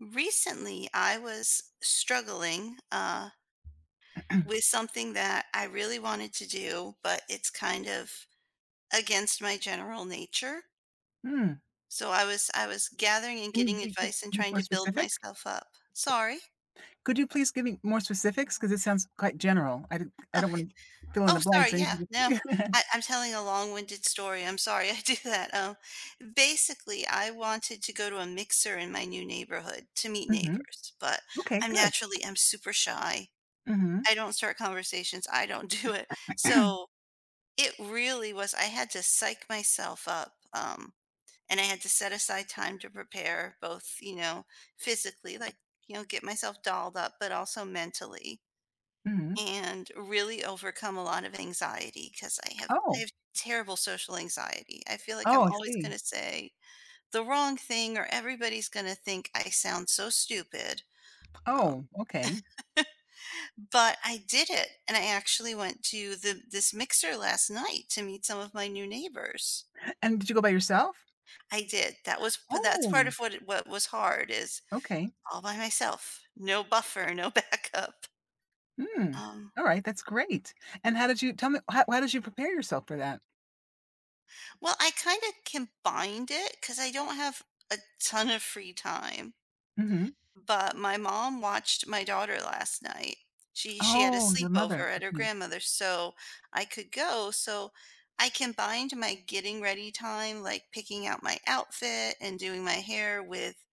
Recently, I was struggling with something that I really wanted to do, but it's kind of against my general nature. Hmm. I was gathering and Can you getting advice and be trying more to build specific? myself up. Sorry. Could you please give me more specifics? Because it sounds quite general. I don't I Oh, don't wanna fill in oh the sorry. blanks. I need Yeah. you No, to I, I'm telling a long-winded story. I'm sorry. I do that. Basically, I wanted to go to a mixer in my new neighborhood to meet Mhm. neighbors, but Okay, I'm good. naturally I'm super shy. Mhm. I don't start conversations, I don't do it. Mhm. So, it really was I had to psych myself up, and I had to set aside time to prepare both, physically, get myself dolled up, but also mentally, and really overcome a lot of anxiety because I have I Oh. have terrible social anxiety. I feel like I'm Oh, I always see. gonna say the wrong thing or everybody's gonna think I sound so stupid. um Oh, okay. But I did it, and I actually went to the this mixer last night to meet some of my new neighbors. And did you go by yourself? I did. That was p That's part Oh, of what what was hard is okay. all by myself, no buffer, no backup. Hmm. Um, Alright, that's great. And how did you tell me how did you prepare yourself for that? well, I kinda combined it because I don't have a ton of free time. Mhm. But my mom watched my daughter last night. She had a Oh, your mother. sleepover at her Mhm. grandmother's, so I could go, so I combined my getting ready time, like picking out my outfit and doing my hair with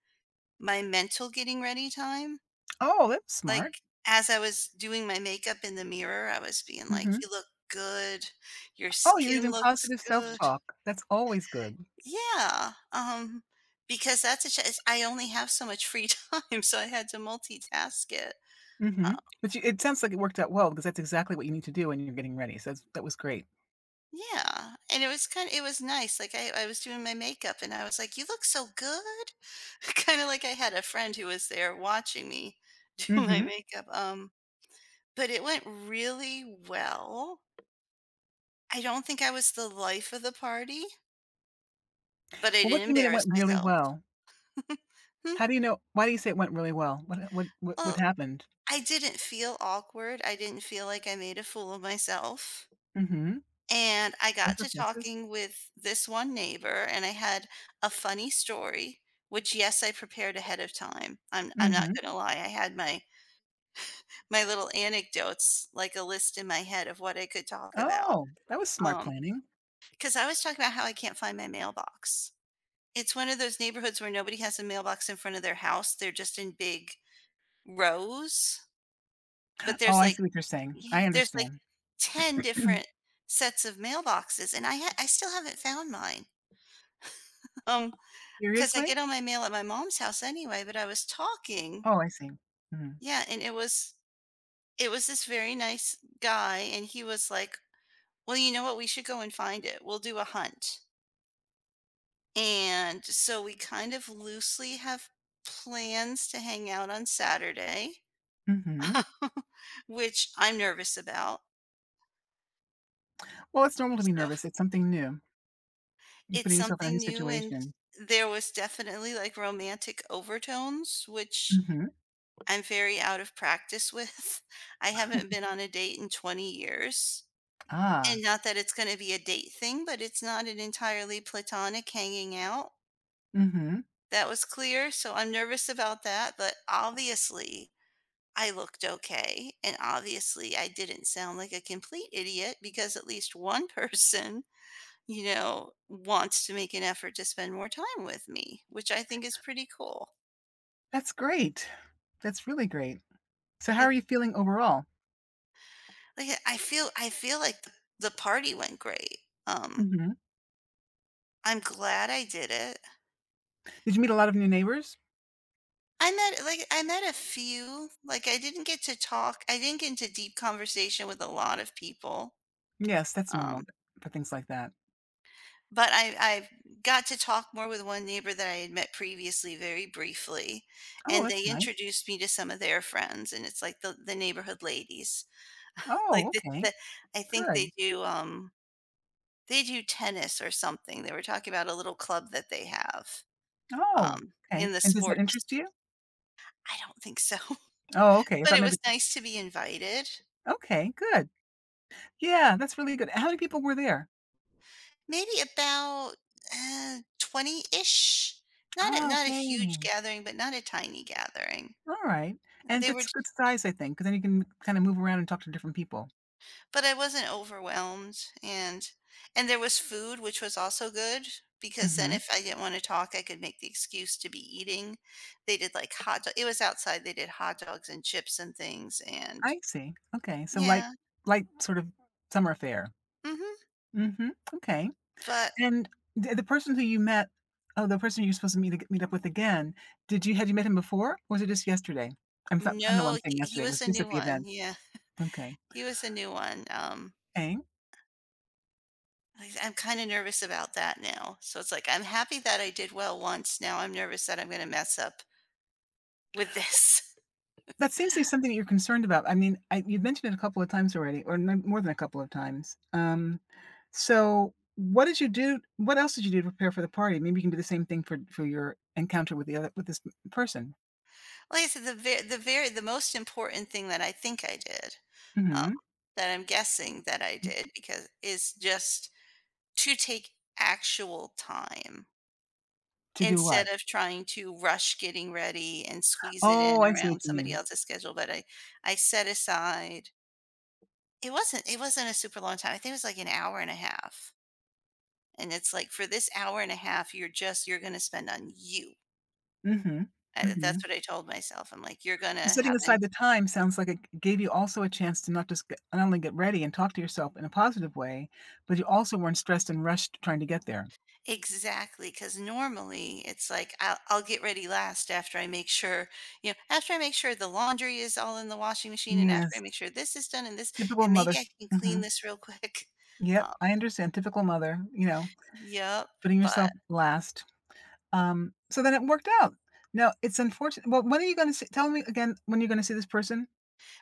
my mental getting ready time. Oh, that's smart. Like, as I was doing my makeup in the mirror, I was being like, Mhm. "You look good. Your Oh, you're skin using looks positive good." self-talk. That's always good. Yeah, because that's a ch I only have so much free time, so I had to multitask it. Mhm. But you it sounds like it worked out well because that's exactly what you need to do when you're getting ready, so that's that was great. Yeah, and it was kind of it was nice, like, I was doing my makeup and I was like, "You look so good." Kinda like I had a friend who was there watching me do my Mhm. makeup, but it went really well. I don't think I was the life of the party, but I Well, what do didn't you mean it embarrass went really myself. well? Hmm, How do you know why do you say it went really well? What well, happened? I didn't feel awkward, I didn't feel like I made a fool of myself. Mhm. And I Those got are to pluses. talking with this one neighbor, and I had a funny story, which, yes, I prepared ahead of time. I'm not Mhm. gonna lie, I had my little anecdotes, like a list in my head of what I could talk about. Oh, that was smart Um, planning. Because I was talking about how I can't find my mailbox. It's one of those neighborhoods where nobody has a mailbox in front of their house, they're just in big rows, but Oh, I see what you're saying. I there's, like, understand. 10 different sets of mailboxes, and I still haven't found mine. Um 'Cause I Seriously? get all my mail at my mom's house anyway, but I was talking Oh, I see. Mhm. yeah, and it was this very nice guy, and he was like, "Well, you know what? We should go and find it. We'll do a hunt." And so we kind of loosely have plans to hang out on Saturday, Mhm. which I'm nervous about. Well, it's normal to be So nervous, it's something new. You're it's putting yourself in a something new new, and situation. there was definitely, like, romantic overtones, which Mhm. I'm very out of practice with. I haven't been on a date in 20 years. Ah. And not that it's going to be a date thing, but it's not an entirely platonic hanging out. Mhm. That was clear. So I'm nervous about that. But obviously, I looked okay. And obviously, I didn't sound like a complete idiot because at least one person, you know, wants to make an effort to spend more time with me, which I think is pretty cool. That's great. That's really great. So how It's are you feeling overall? like I feel like the party went great. Um Mhm. I'm glad I did it. Did you meet a lot of new neighbors? I met like, I met a few, like, I didn't get into deep conversation with a lot of people, Yes, that's normal um, for things like that. but I got to talk more with one neighbor that I had met previously very briefly, Oh, and that's they nice. introduced me to some of their friends, and it's like the neighborhood ladies. Oh, Like, the okay. the I think Good. They do tennis or something. They were talking about a little club that they have, Oh, in okay. the And does that sports. interest you? I don't think so. Oh, okay. I But thought it maybe was nice to be invited. Okay, good. Yeah, that's really good. How many people were there? Maybe about, 20-ish? Not a Oh, huge okay. gathering, but not a tiny gathering. All right. And They were that's a j good size, I think, because then you can kinda move around and talk to different people. But I wasn't overwhelmed, and there was food, which was also good, because then Mhm. if I didn't wanna talk, I could make the excuse to be eating. They did, like, hot do it was outside, they did hot dogs and chips and things. And I see. Okay. So light yeah. light sort of summer affair. Mhm. Mhm. Okay. But And the person who you met oh, the person you're supposed to meet up with again, did you had you met him before, or was it just yesterday? I'm so I don't know why no, I'm saying he yesterday, it was was a just new at the one, event. yeah. Okay. He was a new one, Okay. I'm kinda nervous about that now. So it's like, I'm happy that I did well once, now I'm nervous that I'm gonna mess up with this. That seems to be something that you're concerned about. I mean, I you've mentioned it a couple of times already, or no more than a couple of times. So what did you do what else did you do to prepare for the party? Maybe you can do the same thing for your encounter with the other with this person. Like I said, the ve the very the most important thing that I think I did, um, Mhm. that I'm guessing that I did because is just to take actual time To do instead what? of trying to rush getting ready and squeeze it in Oh, I see what around you somebody mean. else's schedule, but I set aside it wasn't a super long time, I think it was like an hour and a half. And it's like for this hour and a half, you're gonna spend on you. Mhm. I That's Mhm. what I told myself. I'm like, "You're gonna Setting have an." aside the time sounds like it gave you also a chance to not just get not only get ready and talk to yourself in a positive way, but you also weren't stressed and rushed trying to get there. Exactly, because normally it's like I'll get ready last after I make sure, you know, after I make sure the laundry is all in the washing machine and after I Yes, make sure this is done and this, typical and mother. maybe I can clean Mhm. this real quick. Yep, Um, I understand, typical mother, you know, yep, putting but yourself last. So then it worked out. Now it's unfortunate well, when are you gonna see tell me again when you're gonna see this person?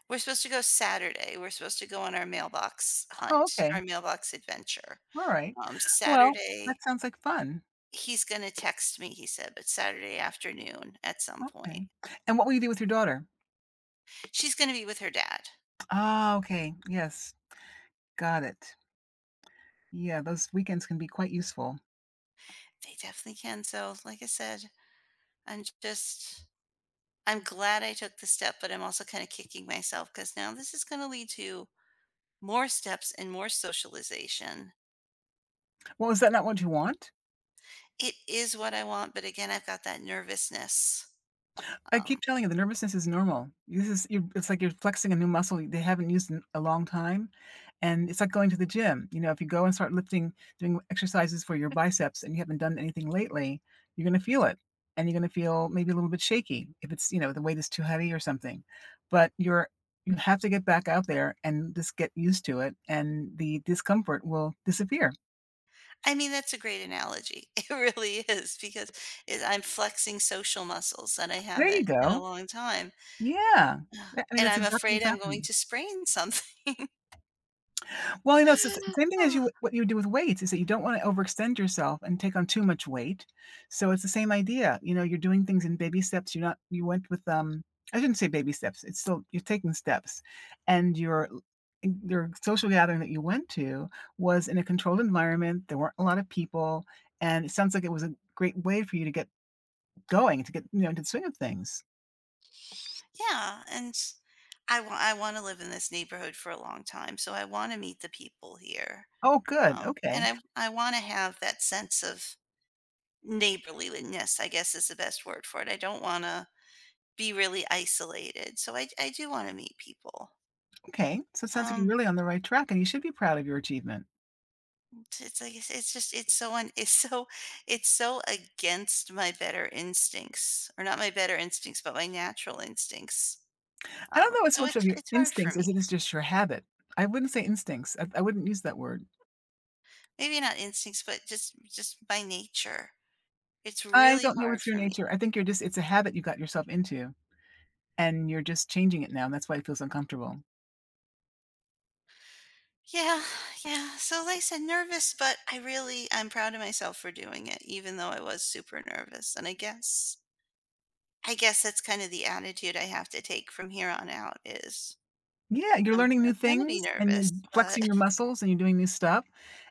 we're supposed to go Saturday. We're supposed to go on our mailbox Oh, hunt, okay. our mailbox adventure. Alright. Well, Saturday, that sounds like fun. "He's gonna text me," he said, "but Saturday afternoon at some point." Okay. And what will you do with your daughter? She's gonna be with her dad. Ah, okay. Yes, got it. Yeah, those weekends can be quite useful. They definitely can, so, like I said, I'm just I'm glad I took the step, but I'm also kinda kicking myself because now this is gonna lead to more steps and more socialization. Well, is that not what you want? It is what I want, but again, I've got that nervousness. I Um, keep telling you the nervousness is normal. This is you it's like you're flexing a new muscle they haven't used in a long time, and it's like going to the gym. You know, if you go and start lifting, doing exercises for your biceps and you haven't done anything lately, you're gonna feel it. And you're gonna feel maybe a little bit shaky if it's, you know, the weight is too heavy or something. But you're you have to get back out there and just get used to it and the discomfort will disappear. I mean, that's a great analogy. It really is because it I'm flexing social muscles that I There you haven't in a go. long time, Yeah. I mean, and that's I'm exactly afraid what's I'm going happening. to sprain something. Well, you know, it's the s same thing as Oh, you what you do with weights is that you don't wanna overextend yourself and take on too much weight. So it's the same idea, you know, you're doing things in baby steps, you're not you went with, I shouldn't say baby steps, it's still you're taking steps, and your social gathering that you went to was in a controlled environment, there weren't a lot of people, and it sounds like it was a great way for you to get going, to get, you know, into the swing of things. yeah, and I wanna live in this neighborhood for a long time, so I wanna meet the people here, Oh, good, and okay. I wanna have that sense of neighborliness, I guess, is the best word for it. I don't wanna be really isolated, so I do wanna meet people. Okay, so it sounds like you're Um, really on the right track and you should be proud of your achievement. it's it's just it's so un it's so against my better instincts, or not my better instincts, but my natural instincts, I don't know as so much of your it's hard for instincts me. as it is just your habit. I wouldn't say instincts. I wouldn't use that word. Maybe not instincts, but just by nature. It's I really don't know hard what's your for me. nature. I think you're just it's a habit you got yourself into and you're just changing it now and that's why it feels uncomfortable. Yeah, yeah. So like I said, nervous, but I'm proud of myself for doing it, even though I was super nervous. And I guess that's kind of the attitude I have to take from here on out is Yeah, you're learning new I'm gonna be things and you're nervous, flexing but your muscles and you're doing new stuff.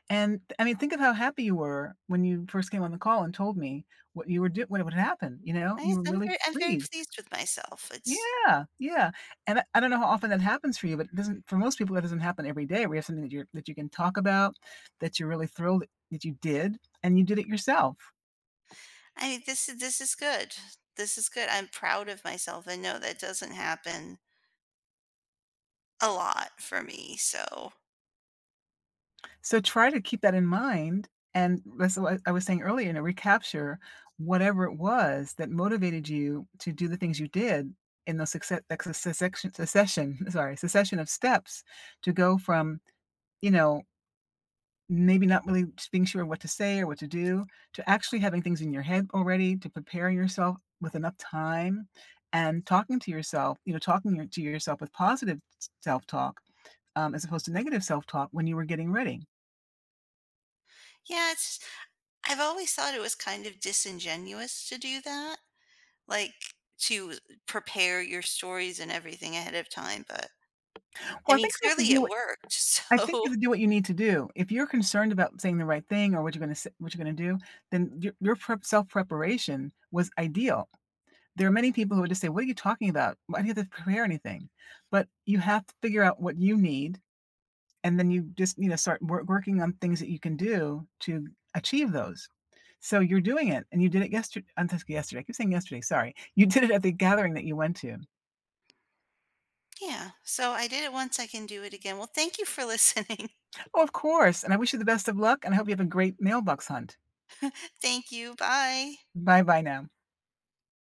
And I mean, think of how happy you were when you first came on the call and told me what you were doing, what had happened. You know, I, you were I'm really very I'm very pleased. pleased with myself. It's Yeah, yeah, and I don't know how often that happens for you, but it doesn't for most people, that doesn't happen every day where you have something that you're that you can talk about, that you're really thrilled that you did, and you did it yourself. I mean, this is good. This is good. I'm proud of myself, and no, that doesn't happen a lot for me. So So try to keep that in mind, and that's what I was saying earlier, you know, recapture whatever it was that motivated you to do the things you did in those success like succession succession sorry, succession of steps to go from, you know maybe not really being sure what to say or what to do, to actually having things in your head already, to preparing yourself with enough time and talking to yourself, you know, talking your to yourself with positive self-talk, as opposed to negative self-talk when you were getting ready. yeah, it's I've always thought it was kind of disingenuous to do that, like, to prepare your stories and everything ahead of time, but, I Well, I mean, think you have clearly to do it what worked, I think so you have to do what you need to do. If you're concerned about saying the right thing or what you're gonna do, then your prep self-preparation was ideal. There are many people who would just say, "What are you talking about? Why do you have to prepare anything?" But you have to figure out what you need and then you just you know start working on things that you can do to achieve those so you're doing it and you did it yesterday yesterday. I keep saying yesterday, sorry, you did it at the gathering that you went to. yeah. So I did it once, I can do it again. Well, thank you for listening. Oh, of course, and I wish you the best of luck and I hope you have a great mailbox hunt. Thank you, bye. Bye, bye now.